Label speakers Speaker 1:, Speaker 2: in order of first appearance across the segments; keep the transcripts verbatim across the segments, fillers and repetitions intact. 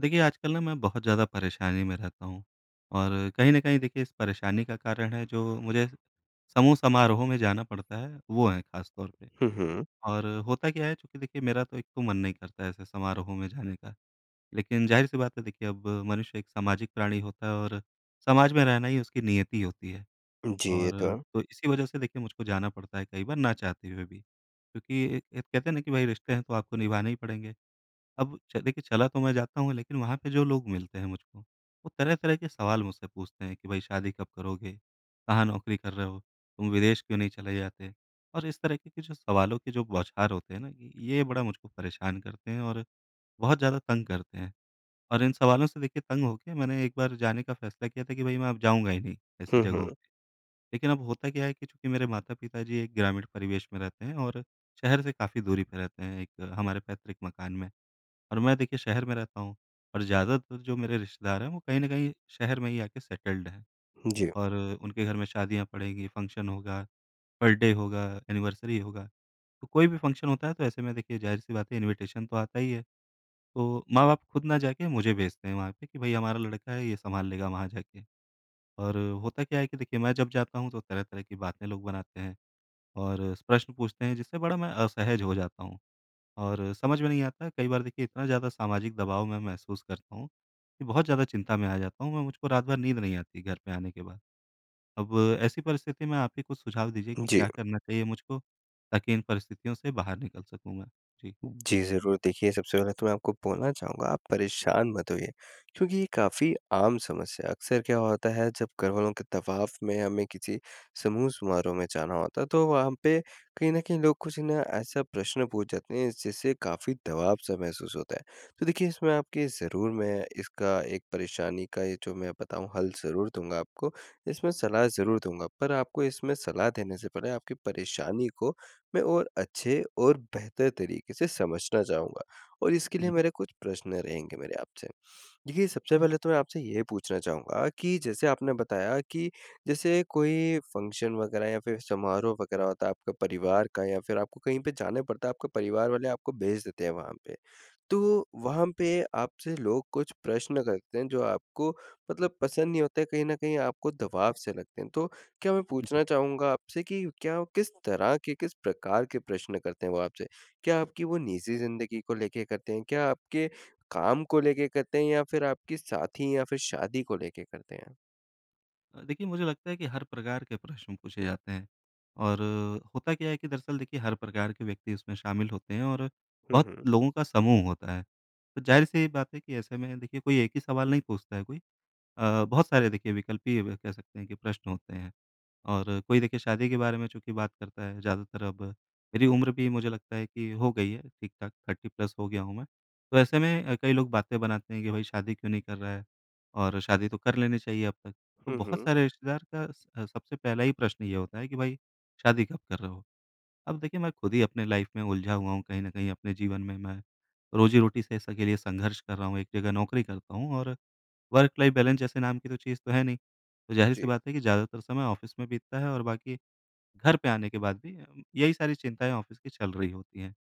Speaker 1: देखिए, आजकल ना मैं बहुत ज़्यादा परेशानी में रहता हूँ और कहीं न कहीं देखिए इस परेशानी का कारण है जो मुझे समूह समारोह में जाना पड़ता है, वो है ख़ास तौर पे।
Speaker 2: हुँ, हुँ।
Speaker 1: और होता क्या है चूँकि देखिए मेरा तो एक तो मन नहीं करता है ऐसे समारोह में जाने का, लेकिन ज़ाहिर-सी बात है देखिए अब मनुष्य एक सामाजिक प्राणी होता है और समाज में रहना ही उसकी नियति होती है।
Speaker 2: जी, ये तो
Speaker 1: और
Speaker 2: है।
Speaker 1: तो इसी वजह से देखिए मुझको जाना पड़ता है कई बार ना चाहते हुए भी, क्योंकि ए, कहते हैं ना कि भाई रिश्ते हैं तो आपको निभाने ही पड़ेंगे। अब च देखिए चला तो मैं जाता हूँ, लेकिन वहाँ पे जो लोग मिलते हैं मुझको, वो तरह-तरह के सवाल मुझसे पूछते हैं कि भाई शादी कब करोगे? कहाँ नौकरी कर रहे हो? तुम विदेश क्यों नहीं चले जाते? और इस तरह के के जो सवालों के जो बौछार होते हैं ना, ये ये बड़ा मुझको परेशान करते हैं और बहुत ज़्यादा तंग करते हैं। और इन सवालों से देखिए तंग होके मैंने एक बार जाने का फैसला किया था कि भई मैं अब जाऊँगा ही नहीं, ऐसी
Speaker 2: हुँ, हुँ।
Speaker 1: जगहों पे। लेकिन अब होता क्या है कि चूँकि मेरे माता-पिता जी एक ग्रामीण परिवेश में रहते हैं और शहर से काफ़ी दूरी पे रहते हैं, एक हमारे पैतृक मकान में। और मैं देखिए शहर में रहता हूँ और ज़्यादातर जो मेरे रिश्तेदार हैं वो कहीं न कहीं शहर में ही आके सेटल्ड हैं
Speaker 2: जी,
Speaker 1: और उनके घर में शादियाँ पड़ेंगी, फंक्शन होगा, बर्थडे होगा, एनिवर्सरी होगा। तो कोई भी फंक्शन होता है तो ऐसे में देखिए ज़ाहिर-सी बात है इन्विटेशन तो आता ही है। तो माँ-बाप खुद ना जाके मुझे भेजते हैं वहाँ पे कि भई हमारा लड़का है ये सँभाल लेगा वहाँ जाके। और होता क्या है कि देखिए मैं जब जाता हूँ तो तरह-तरह की बातें लोग बनाते हैं और प्रश्न पूछते हैं जिससे बड़ा मैं असहज हो जाता हूँ। और समझ में नहीं आता कई बार देखिए इतना ज़्यादा सामाजिक दबाव मैं महसूस करता हूँ कि बहुत ज़्यादा चिंता में आ जाता हूँ मैं, मुझको रात भर नींद नहीं आती घर पे आने के बाद। अब ऐसी परिस्थिति में आप ही कुछ सुझाव दीजिए कि
Speaker 2: जी।
Speaker 1: क्या करना चाहिए मुझको ताकि इन परिस्थितियों से बाहर निकल सकूँ मैं? जी।
Speaker 2: जी, ज़रूर। देखिए, सबसे पहले तो मैं आपको बोलना चाहूँगा, आप परेशान मत होइए, क्योंकि ये काफ़ी आम समस्या है। अक्सर क्या होता है, जब घरवालों के दबाव में हमें किसी समूह-समारोह में जाना होता है, तो वहाँ पे कहीं न कहीं लोग कुछ ना ऐसा प्रश्न पूछ जाते हैं, जिससे काफ़ी दबाव-सा महसूस होता है। तो देखिए, इसमें आपकी ज़रूर मैं इसका एक परेशानी का ये जो मैं बताऊँ, हल ज़रूर दूँगा आपको। इसमें सलाह ज़रूर दूँगा, पर आपको इसमें सलाह देने से पहले आपकी परेशानी को मैं और अच्छे और बेहतर तरीके से समझना चाहूँगा, और इसके लिए
Speaker 1: जी।
Speaker 2: मेरे कुछ प्रश्न रहेंगे मेरे आपसे। देखिए, सबसे पहले तो मैं आपसे ये पूछना चाहूँगा कि जैसे आपने बताया कि जैसे कोई फ़ंक्शन वग़ैरह या फिर समारोह वग़ैरह होता है आपका परिवार का, या फिर आपको कहीं पे जाना पड़ता है, आपके परिवार वाले आपको भेज देते हैं वहाँ पे। तो वहाँ पे आपसे लोग कुछ प्रश्न करते हैं जो आपको मतलब पसंद नहीं होते, कहीं न कहीं आपको दबाव से लगते हैं। तो क्या मैं पूछना चाहूँगा आपसे कि क्या वो किस तरह के, किस प्रकार के प्रश्न करते हैं वो आपसे? क्या आपकी वो निजी ज़िंदगी को लेके करते हैं? क्या आपके काम को लेके करते हैं, या फिर आपकी साथी या फिर शादी को लेके करते हैं?
Speaker 1: अ, देखिए मुझे लगता है कि हर प्रकार के प्रश्न पूछे जाते हैं और होता क्या है कि दरअसल देखिए हर प्रकार के व्यक्ति उसमें शामिल होते हैं और
Speaker 2: हुँ,
Speaker 1: बहुत
Speaker 2: हुँ।
Speaker 1: लोगों का समूह होता है। तो ज़ाहिर-सी बात है कि ऐसे में देखिए कोई एक ही सवाल नहीं पूछता है कोई। अ, बहुत सारे देखिए विकल्पीय व कह सकते हैं कि प्रश्न होते हैं और कोई देखिए शादी के बारे में चूँकि बात करता है ज़्यादातर, अब मेरी उम्र भी मुझे लगता है कि हो गई है ठीक-ठाक, थर्टी प्लस हो गया हूँ मैं। तो ऐसे में अ, कई लोग बातें बनाते हैं कि भाई शादी क्यों नहीं कर रहा है और शादी तो कर लेनी चाहिए अब तक। तो
Speaker 2: हुँ,
Speaker 1: बहुत
Speaker 2: हुँ।
Speaker 1: सारे रिश्तेदार का स अ, सबसे पहला ही प्रश्न ये होता है कि भाई शादी कब कर रहे हो? अब देखिए मैं खुद ही अपने लाइफ़ में उलझा हुआ हूँ, कहीं न कहीं अपने जीवन में मैं रोज़ी-रोटी से इसके लिए संघर्ष कर रहा हूँ। एक जगह नौकरी करता हूँ और वर्क लाइफ बैलेंस जैसे नाम की तो चीज़ तो है नहीं। तो ज़ाहिर-सी
Speaker 2: जी,
Speaker 1: बात है कि ज़्यादातर समय ऑफ़िस में बीतता है और बाकी घर पे आने के बाद भी अम, यही सारी चिंताएँ ऑफ़िस की चल रही होती हैं।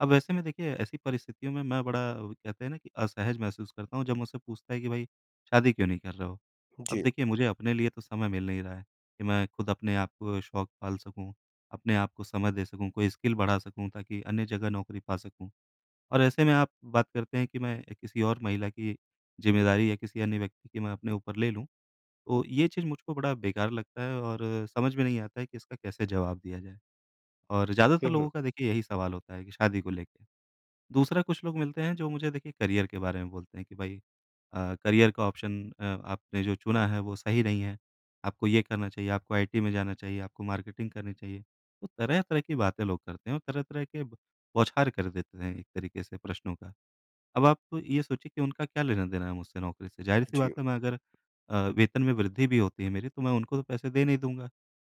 Speaker 1: अब वैसे में देखिए ऐसी परिस्थितियों में मैं बड़ा, वो कहते हैं ना, कि असहज महसूस करता हूँ जब मुझसे पूछता है कि भाई शादी क्यों नहीं कर रहे हो? अब
Speaker 2: जी।
Speaker 1: देखिए मुझे अपने लिए तो समय मिल नहीं रहा है कि मैं खुद अपने आप को शौक पाल सकूँ, अपने आप को समय दे सकूँ, कोई स्किल बढ़ा सकूँ ताकि अन्य जगह नौकरी पा सकूँ। और ऐसे में आप बात करते हैं कि मैं किसी और महिला की ज़िम्मेदारी या किसी अन्य व्यक्ति की मैं अपने ऊपर ले लूँ, तो ये चीज़ मुझको बड़ा बेकार लगता है और समझ में नहीं आता है कि इसका कैसे जवाब दिया जाए। और ज़्यादातर
Speaker 2: हुँ, हुँ।
Speaker 1: लोगों का देखिए यही सवाल होता है कि शादी को लेके। दूसरा, कुछ लोग मिलते हैं जो मुझे देखिए करियर के बारे में बोलते हैं कि भाई अ, करियर का ऑप्शन अ, आपने जो चुना है वो सही नहीं है, आपको ये करना चाहिए, आपको आई टी में जाना चाहिए, आपको मार्केटिंग करनी चाहिए। तो तरह-तरह की बातें लोग करते हैं और तरह-तरह के ब बौछार कर देते हैं एक तरीके से प्रश्नों का। अब आप ये सोचिए कि उनका क्या लेना-देना है मुझसे नौकरी से? ज़ाहिर-सी
Speaker 2: जी।
Speaker 1: बात है मैं अगर अ, वेतन में वृद्धि भी होती है मेरी, तो मैं उनको तो पैसे दे नहीं दूँगा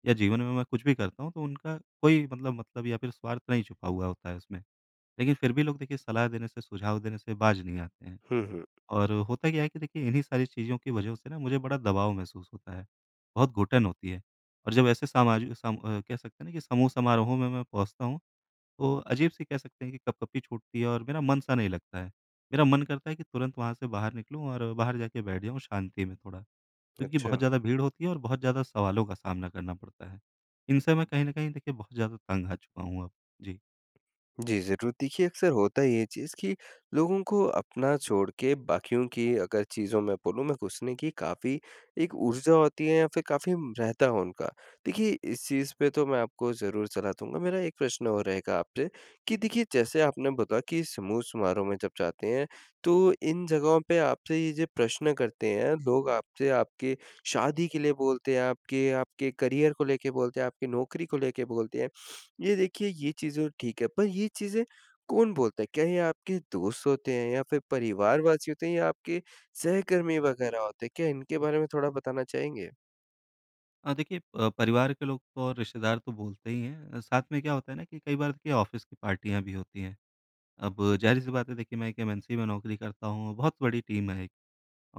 Speaker 1: या जीवन में मैं कुछ भी करता हूँ तो उनका कोई मतलब मतलब या फिर स्वार्थ नहीं छुपा हुआ होता है उसमें। लेकिन फिर भी लोग देखिए सलाह देने से, सुझाव देने से बाज़ नहीं आते हैं।
Speaker 2: हुँ, हुँ।
Speaker 1: और होता क्या है कि देखिए इन्हीं सारी चीज़ों की वजह से ना मुझे बड़ा दबाव महसूस होता है, बहुत घुटन होती है और जब ऐसे सामाजिक सम अ, कह सकते हैं ना कि समूह समारोहों में मैं पहुँचता हूँ तो अजीब-सी, कह सकते हैं कि, कँपकँपी छूटती है और मेरा मन-सा नहीं लगता है। मेरा मन करता है कि तुरंत वहाँ से बाहर निकलूँ और बाहर जाके बैठ जाऊँ शांति में थोड़ा, क्योंकि
Speaker 2: अच्छा।
Speaker 1: बहुत ज़्यादा भीड़ होती है और बहुत ज़्यादा सवालों का सामना करना पड़ता है। इनसे मैं कहीं न कहीं देखिए बहुत ज़्यादा तंग आ चुका हूँ अब। जी।
Speaker 2: जी, ज़रूर। देखिए, अक्सर होता है ये चीज़ कि लोगों को अपना छोड़ के बाकियों की, अगर चीज़ों में बोलूँ मैं, घुसने की काफ़ी एक ऊर्जा होती है, या फिर काफ़ी रहता है उनका। देखिए, इस चीज़ पे तो मैं आपको ज़रूर सलाह दूँगा। मेरा एक प्रश्न और रहेगा आपसे कि देखिए, जैसे आपने बताया कि समूह-समारोह में जब जाते हैं, तो इन जगहों पे आपसे ये जो प्रश्न करते हैं, लोग आपसे आपके शादी के लिए बोलते हैं, आपके आपके करियर को लेके बोलते हैं, आपकी नौकरी को लेके बोलते हैं। ये देखिए, ये चीज़ें तो ठीक है, पर ये चीज़ें कौन बोलता है? क्या ये आपके दोस्त होते हैं, या फिर परिवारवासी होते हैं, या आपके सहकर्मी वग़ैरह होते हैं? क्या इनके बारे में थोड़ा बताना चाहेंगे?
Speaker 1: अ, देखिए, अ, परिवार के लोग तो और रिश्तेदार तो बोलते ही हैं, अ, साथ में क्या होता है ना कि कई बार देखिए ऑफ़िस की पार्टियाँ भी होती हैं। अब ज़ाहिर-सी बात है देखिए मैं एक एम एन सी में नौकरी करता हूँ, बहुत बड़ी टीम है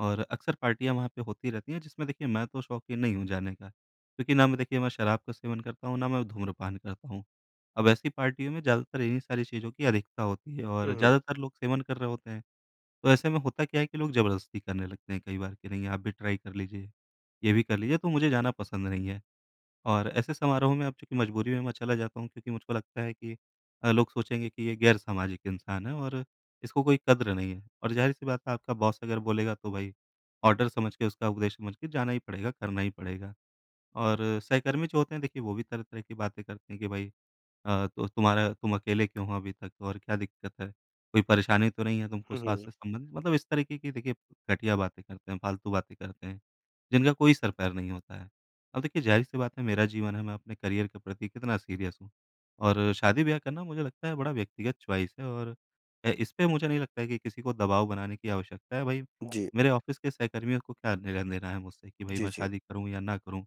Speaker 1: और अक्सर पार्टियाँ वहाँ पे होती रहती हैं, जिसमें देखिए मैं तो शौकीन नहीं हूँ जाने का, क्योंकि ना मैं देखिए मैं शराब का सेवन करता हूँ, ना मैं धूम्रपान करता हूँ। अब ऐसी पार्टियों में ज़्यादातर इन्हीं सारी चीज़ों की अधिकता होती है
Speaker 2: हुँ,
Speaker 1: और
Speaker 2: हुँ।
Speaker 1: ज़्यादातर लोग सेवन कर रहे होते हैं। तो ऐसे में होता क्या है कि लोग ज़बरदस्ती करने लगते हैं कई बार कि नहीं, आप भी ट्राई कर लीजिए, ये भी कर लीजिए, तो मुझे जाना पसंद नहीं है। और ऐसे समारोह में अब चूँकि मजबूरी में मैं चला जाता हूँ क्योंकि मुझको लगता है कि अ, लोग सोचेंगे कि ये गैर सामाजिक इंसान है और इसको कोई कद्र नहीं है। और ज़ाहिर-सी बात है आपका बॉस अगर बोलेगा तो भाई ऑर्डर समझ के, उसका उपदेश समझ के, जाना ही पड़ेगा, करना ही पड़ेगा। और सहकर्मी जो होते हैं देखिए वो भी तरह-तरह की बातें करते हैं कि भाई अ, तो तुम्हारा तुम अकेले क्यों हो अभी तक और क्या दिक्कत है? कोई परेशानी तो नहीं है तुमको
Speaker 2: हुँ, हुँ।
Speaker 1: स्वास्थ्य से संबंधित? मतलब इस तरीके की देखिए घटिया बातें करते हैं, फालतू बातें करते हैं, जिनका कोई सर पैर नहीं होता है। अब देखिए ज़ाहिर-सी बात है मेरा जीवन है, मैं अपने करियर के प्रति कितना सीरियस हूँ और शादी-ब्याह करना, मुझे लगता है, बड़ा व्यक्तिगत चॉइस है और अ, इस पे मुझे नहीं लगता है कि किसी को दबाव बनाने की आवश्यकता है। भई
Speaker 2: जी।
Speaker 1: मेरे ऑफ़िस के सहकर्मियों को क्या लेना-देना है मुझसे कि भई
Speaker 2: जी,
Speaker 1: मैं
Speaker 2: जी।
Speaker 1: शादी करूँ या ना करूँ?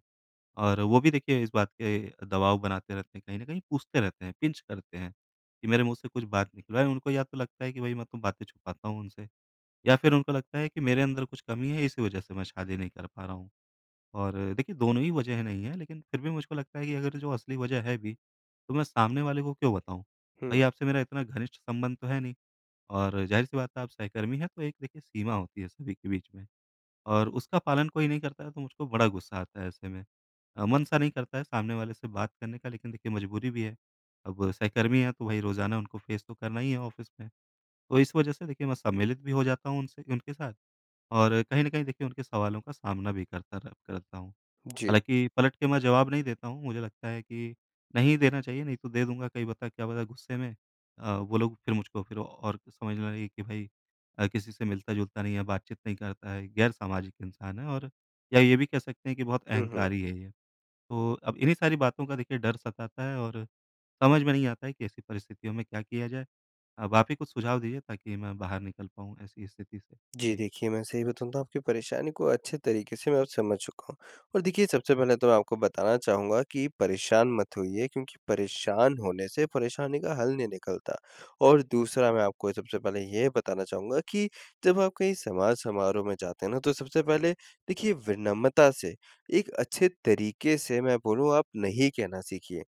Speaker 1: और वो भी देखिए इस बात के दबाव बनाते रहते हैं, कहीं न कहीं पूछते रहते हैं, पिंच करते हैं कि मेरे मुँह से कुछ बात निकलवाएँ। उनको या तो लगता है कि भई मैं तो बातें छुपाता हूँ उनसे, या फिर उनको लगता है कि मेरे अंदर कुछ कमी है इसी वजह से मैं शादी नहीं कर पा रहा हूँ। और देखिए दोनों ही वजह नहीं है, लेकिन फिर भी मुझको लगता है कि अगर जो असली वजह है भी तो मैं सामने वाले को क्यों बताऊँ? भई
Speaker 2: हुँ।
Speaker 1: आपसे मेरा इतना घनिष्ठ संबंध तो है नहीं और ज़ाहिर-सी बात है आप सहकर्मी हैं, तो एक देखिए सीमा होती है सभी के बीच में। और उसका पालन कोई नहीं करता है तो मुझको बड़ा गुस्सा आता है ऐसे में। अ, मन सा नहीं करता है सामने वाले से बात करने का, लेकिन देखिए मजबूरी भी है। अब सहकर्मी हैं तो भाई रोज़ाना उनको फ़ेस तो करना ही है ऑफ़िस में। तो इस वजह से देखिए मैं सम्मिलित भी हो जाता हूँ उनसे, उनके साथ, और कहीं न कहीं देखिए उनके सवालों का सामना भी करता रह करता हूँ।
Speaker 2: जी।
Speaker 1: हालाँकि पलट के मैं जवाब नहीं देता हूँ, मुझे लगता है कि नहीं देना चाहिए, नहीं तो दे दूँगा कहीं, पता क्या पता, गुस्से में अ, वो लोग फिर मुझको फिर और समझने लगे कि भाई अ, किसी से मिलता-जुलता नहीं है, बातचीत नहीं करता है, गैर-सामाजिक इंसान है और, या ये भी कह सकते हैं कि बहुत
Speaker 2: हुँ, हुँ।
Speaker 1: अहंकारी है ये। तो अब इन्हीं सारी बातों का देखिए डर सताता है और समझ में नहीं आता है कि ऐसी परिस्थितियों में क्या किया जाए? अब आप ही कुछ सुझाव दीजिए ताकि मैं बाहर निकल पाऊँ ऐसी स्थिति से।
Speaker 2: जी,
Speaker 1: जी।
Speaker 2: देखिए, मैं सही बताऊँ तो आपकी परेशानी को अच्छे तरीके से मैं अब समझ चुका हूँ। और देखिए, सबसे पहले तो मैं आपको बताना चाहूँगा कि परेशान मत होइए, क्योंकि परेशान होने से परेशानी का हल नहीं निकलता। और दूसरा, मैं आपको सबसे पहले ये बताना चाहूँगा कि जब आप कहीं समाज-समारोह में जाते हैं ना, तो सबसे पहले देखिए विनम्रता से, एक अच्छे तरीके से मैं बोलूँ, आप नहीं कहना सीखिए।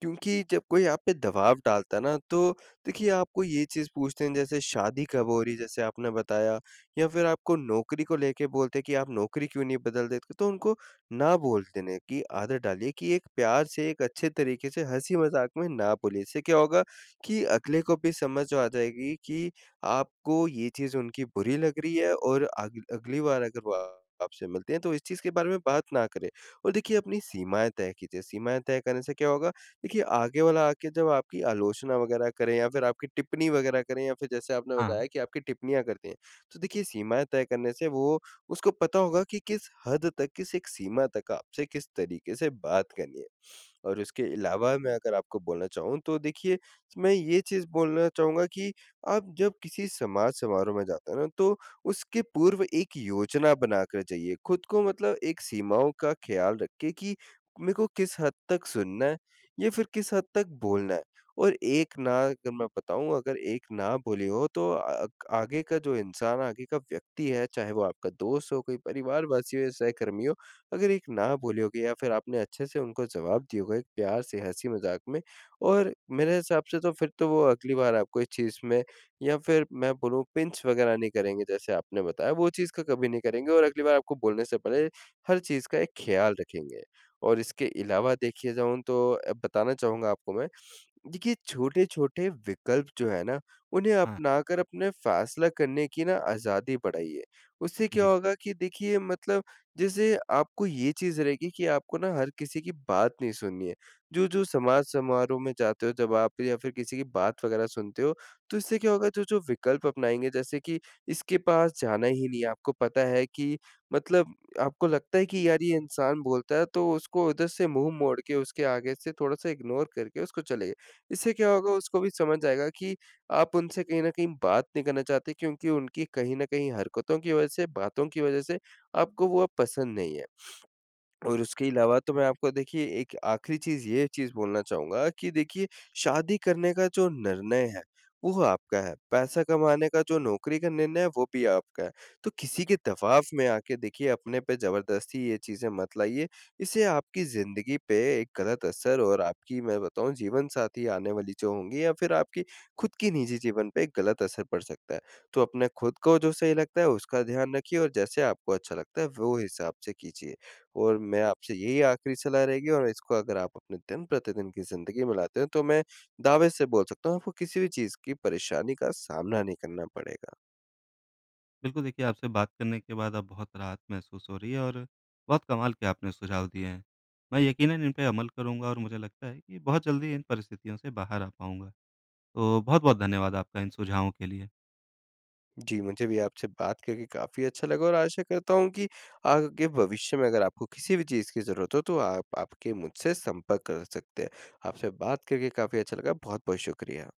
Speaker 2: क्योंकि जब कोई आप पे दबाव डालता है ना, तो देखिए आपको ये चीज़ पूछते हैं, जैसे शादी कब हो रही है, जैसे आपने बताया, या फिर आपको नौकरी को लेके बोलते हैं कि आप नौकरी क्यों नहीं बदल देते? तो उनको ना बोल देने की आदत डालिए कि एक प्यार से, एक अच्छे तरीके से, हँसी-मज़ाक में ना बोलिए। इससे क्या होगा कि अगले को भी समझ आ जाएगी कि आपको ये चीज़ उनकी बुरी लग रही है, और अग अगली बार अगर वो आप- आपसे मिलते हैं, तो इस चीज़ के बारे में बात ना करें। और देखिए, अपनी सीमाएँ तय कीजिए। सीमाएँ तय करने से क्या होगा, देखिए आगे वाला आके जब आपकी आलोचना वग़ैरह करे, या फिर आपकी टिप्पणी वग़ैरह करे, या फिर जैसे आपने
Speaker 1: हाँ,
Speaker 2: बताया कि आपकी टिप्पणियाँ करते हैं। तो देखिए, सीमाएँ तय करने से वो, उसको पता होगा कि किस हद तक, किस एक सीमा तक आपसे किस तरीके से बात करनी है। और उसके अलावा, मैं अगर आपको बोलना चाहूँ तो देखिए, मैं ये चीज़ बोलना चाहूँगा कि आप जब किसी समाज समारोह में जाते हैं ना, तो उसके पूर्व एक योजना बनाकर जाइए। खुद को मतलब एक सीमाओं का ख़्याल रखिए कि मेरे को किस हद तक सुनना है, या फिर किस हद तक बोलना है। और एक ना अगर मैं बताऊँ, अगर एक ना बोली हो तो अ, आगे का जो इंसान, आगे का व्यक्ति है, चाहे वो आपका दोस्त हो, कोई परिवारवासी हो, या सहकर्मी हो, अगर एक ना बोली होगी, या फिर आपने अच्छे से उनको जवाब दिया होगा एक प्यार से, हँसी-मज़ाक में, और मेरे हिसाब से तो फिर तो वो अगली बार आपको इस चीज़ में, या फिर मैं बोलूँ, पिंच वगैरह नहीं करेंगे, जैसे आपने बताया, वो चीज़ का कभी नहीं करेंगे, और अगली बार आपको बोलने से पहले हर चीज़ का एक ख्याल रखेंगे। और इसके अलावा देखिए, जाऊँ तो अ, बताना चाहूँगा आपको मैं, देखिए, छोटे-छोटे विकल्प जो है ना, उन्हें
Speaker 1: हाँ।
Speaker 2: अपनाकर अपने फ़ैसला करने की ना आज़ादी बढ़ाइए। उससे क्या
Speaker 1: जी।
Speaker 2: होगा कि देखिए मतलब, जैसे आपको ये चीज़ रहेगी कि आपको ना हर किसी की बात नहीं सुननी है। जो-जो समाज समारोह में जाते हो जब आप, या फिर किसी की बात वग़ैरह सुनते हो, तो इससे क्या होगा, जो-जो विकल्प अपनाएँगे, जैसे कि इसके पास जाना ही नहीं है, आपको पता है कि मतलब, आपको लगता है कि यार ये इंसान बोलता है, तो उसको उधर से मुँह मोड़ के, उसके आगे से थोड़ा-सा इग्नोर करके उसको चले, इससे क्या होगा, उसको भी समझ आएगा कि आप उनसे कहीं न कहीं बात नहीं करना चाहते, क्योंकि उनकी कहीं न कहीं हरकतों की वज़ह से, बातों की वज़ह से आपको वो अब पसंद नहीं है। और उसके अलावा तो मैं आपको देखिए, एक आखिरी चीज़ ये चीज़ बोलना चाहूँगा कि देखिए, शादी करने का जो निर्णय है, वो आपका है। पैसा कमाने का जो नौकरी का निर्णय है, वो भी आपका है। तो किसी के दबाव में आके देखिए, अपने पे ज़बरदस्ती ये चीज़ें मत लाइए। इससे आपकी ज़िंदगी पे एक गलत असर, और आपकी मैं बताऊँ जीवनसाथी आने वाली जो होंगी, या फिर आपकी खुद की निजी जीवन पे एक गलत असर पड़ सकता है। तो अपने खुद को जो सही लगता है उसका ध्यान रखिए, और जैसे आपको अच्छा लगता है वो हिसाब से कीजिए। और मैं आपसे यही आखिरी सलाह रहेगी, और इसको अगर आप अपने दिन-प्रतिदिन की ज़िंदगी में लाते हो, तो मैं दावे से बोल सकता हूँ, आपको किसी भी चीज़ की परेशानी का सामना नहीं करना पड़ेगा।
Speaker 1: बिल्कुल, देखिए आपसे बात करने के बाद अब बहुत राहत महसूस हो रही है और बहुत कमाल के आपने सुझाव दिए हैं। मैं यकीनन इन पे अमल करूँगा और मुझे लगता है कि बहुत जल्दी इन परिस्थितियों से बाहर आ पाऊँगा। तो बहुत-बहुत धन्यवाद आपका इन सुझावों के लिए।
Speaker 2: जी, मुझे भी आपसे बात करके काफ़ी अच्छा लगा, और आशा करता हूँ कि आगे भविष्य में अगर आपको किसी भी चीज़ की ज़रूरत हो, तो आप आपके मुझसे संपर्क कर सकते हैं। आपसे बात करके काफ़ी अच्छा लगा, बहुत-बहुत शुक्रिया।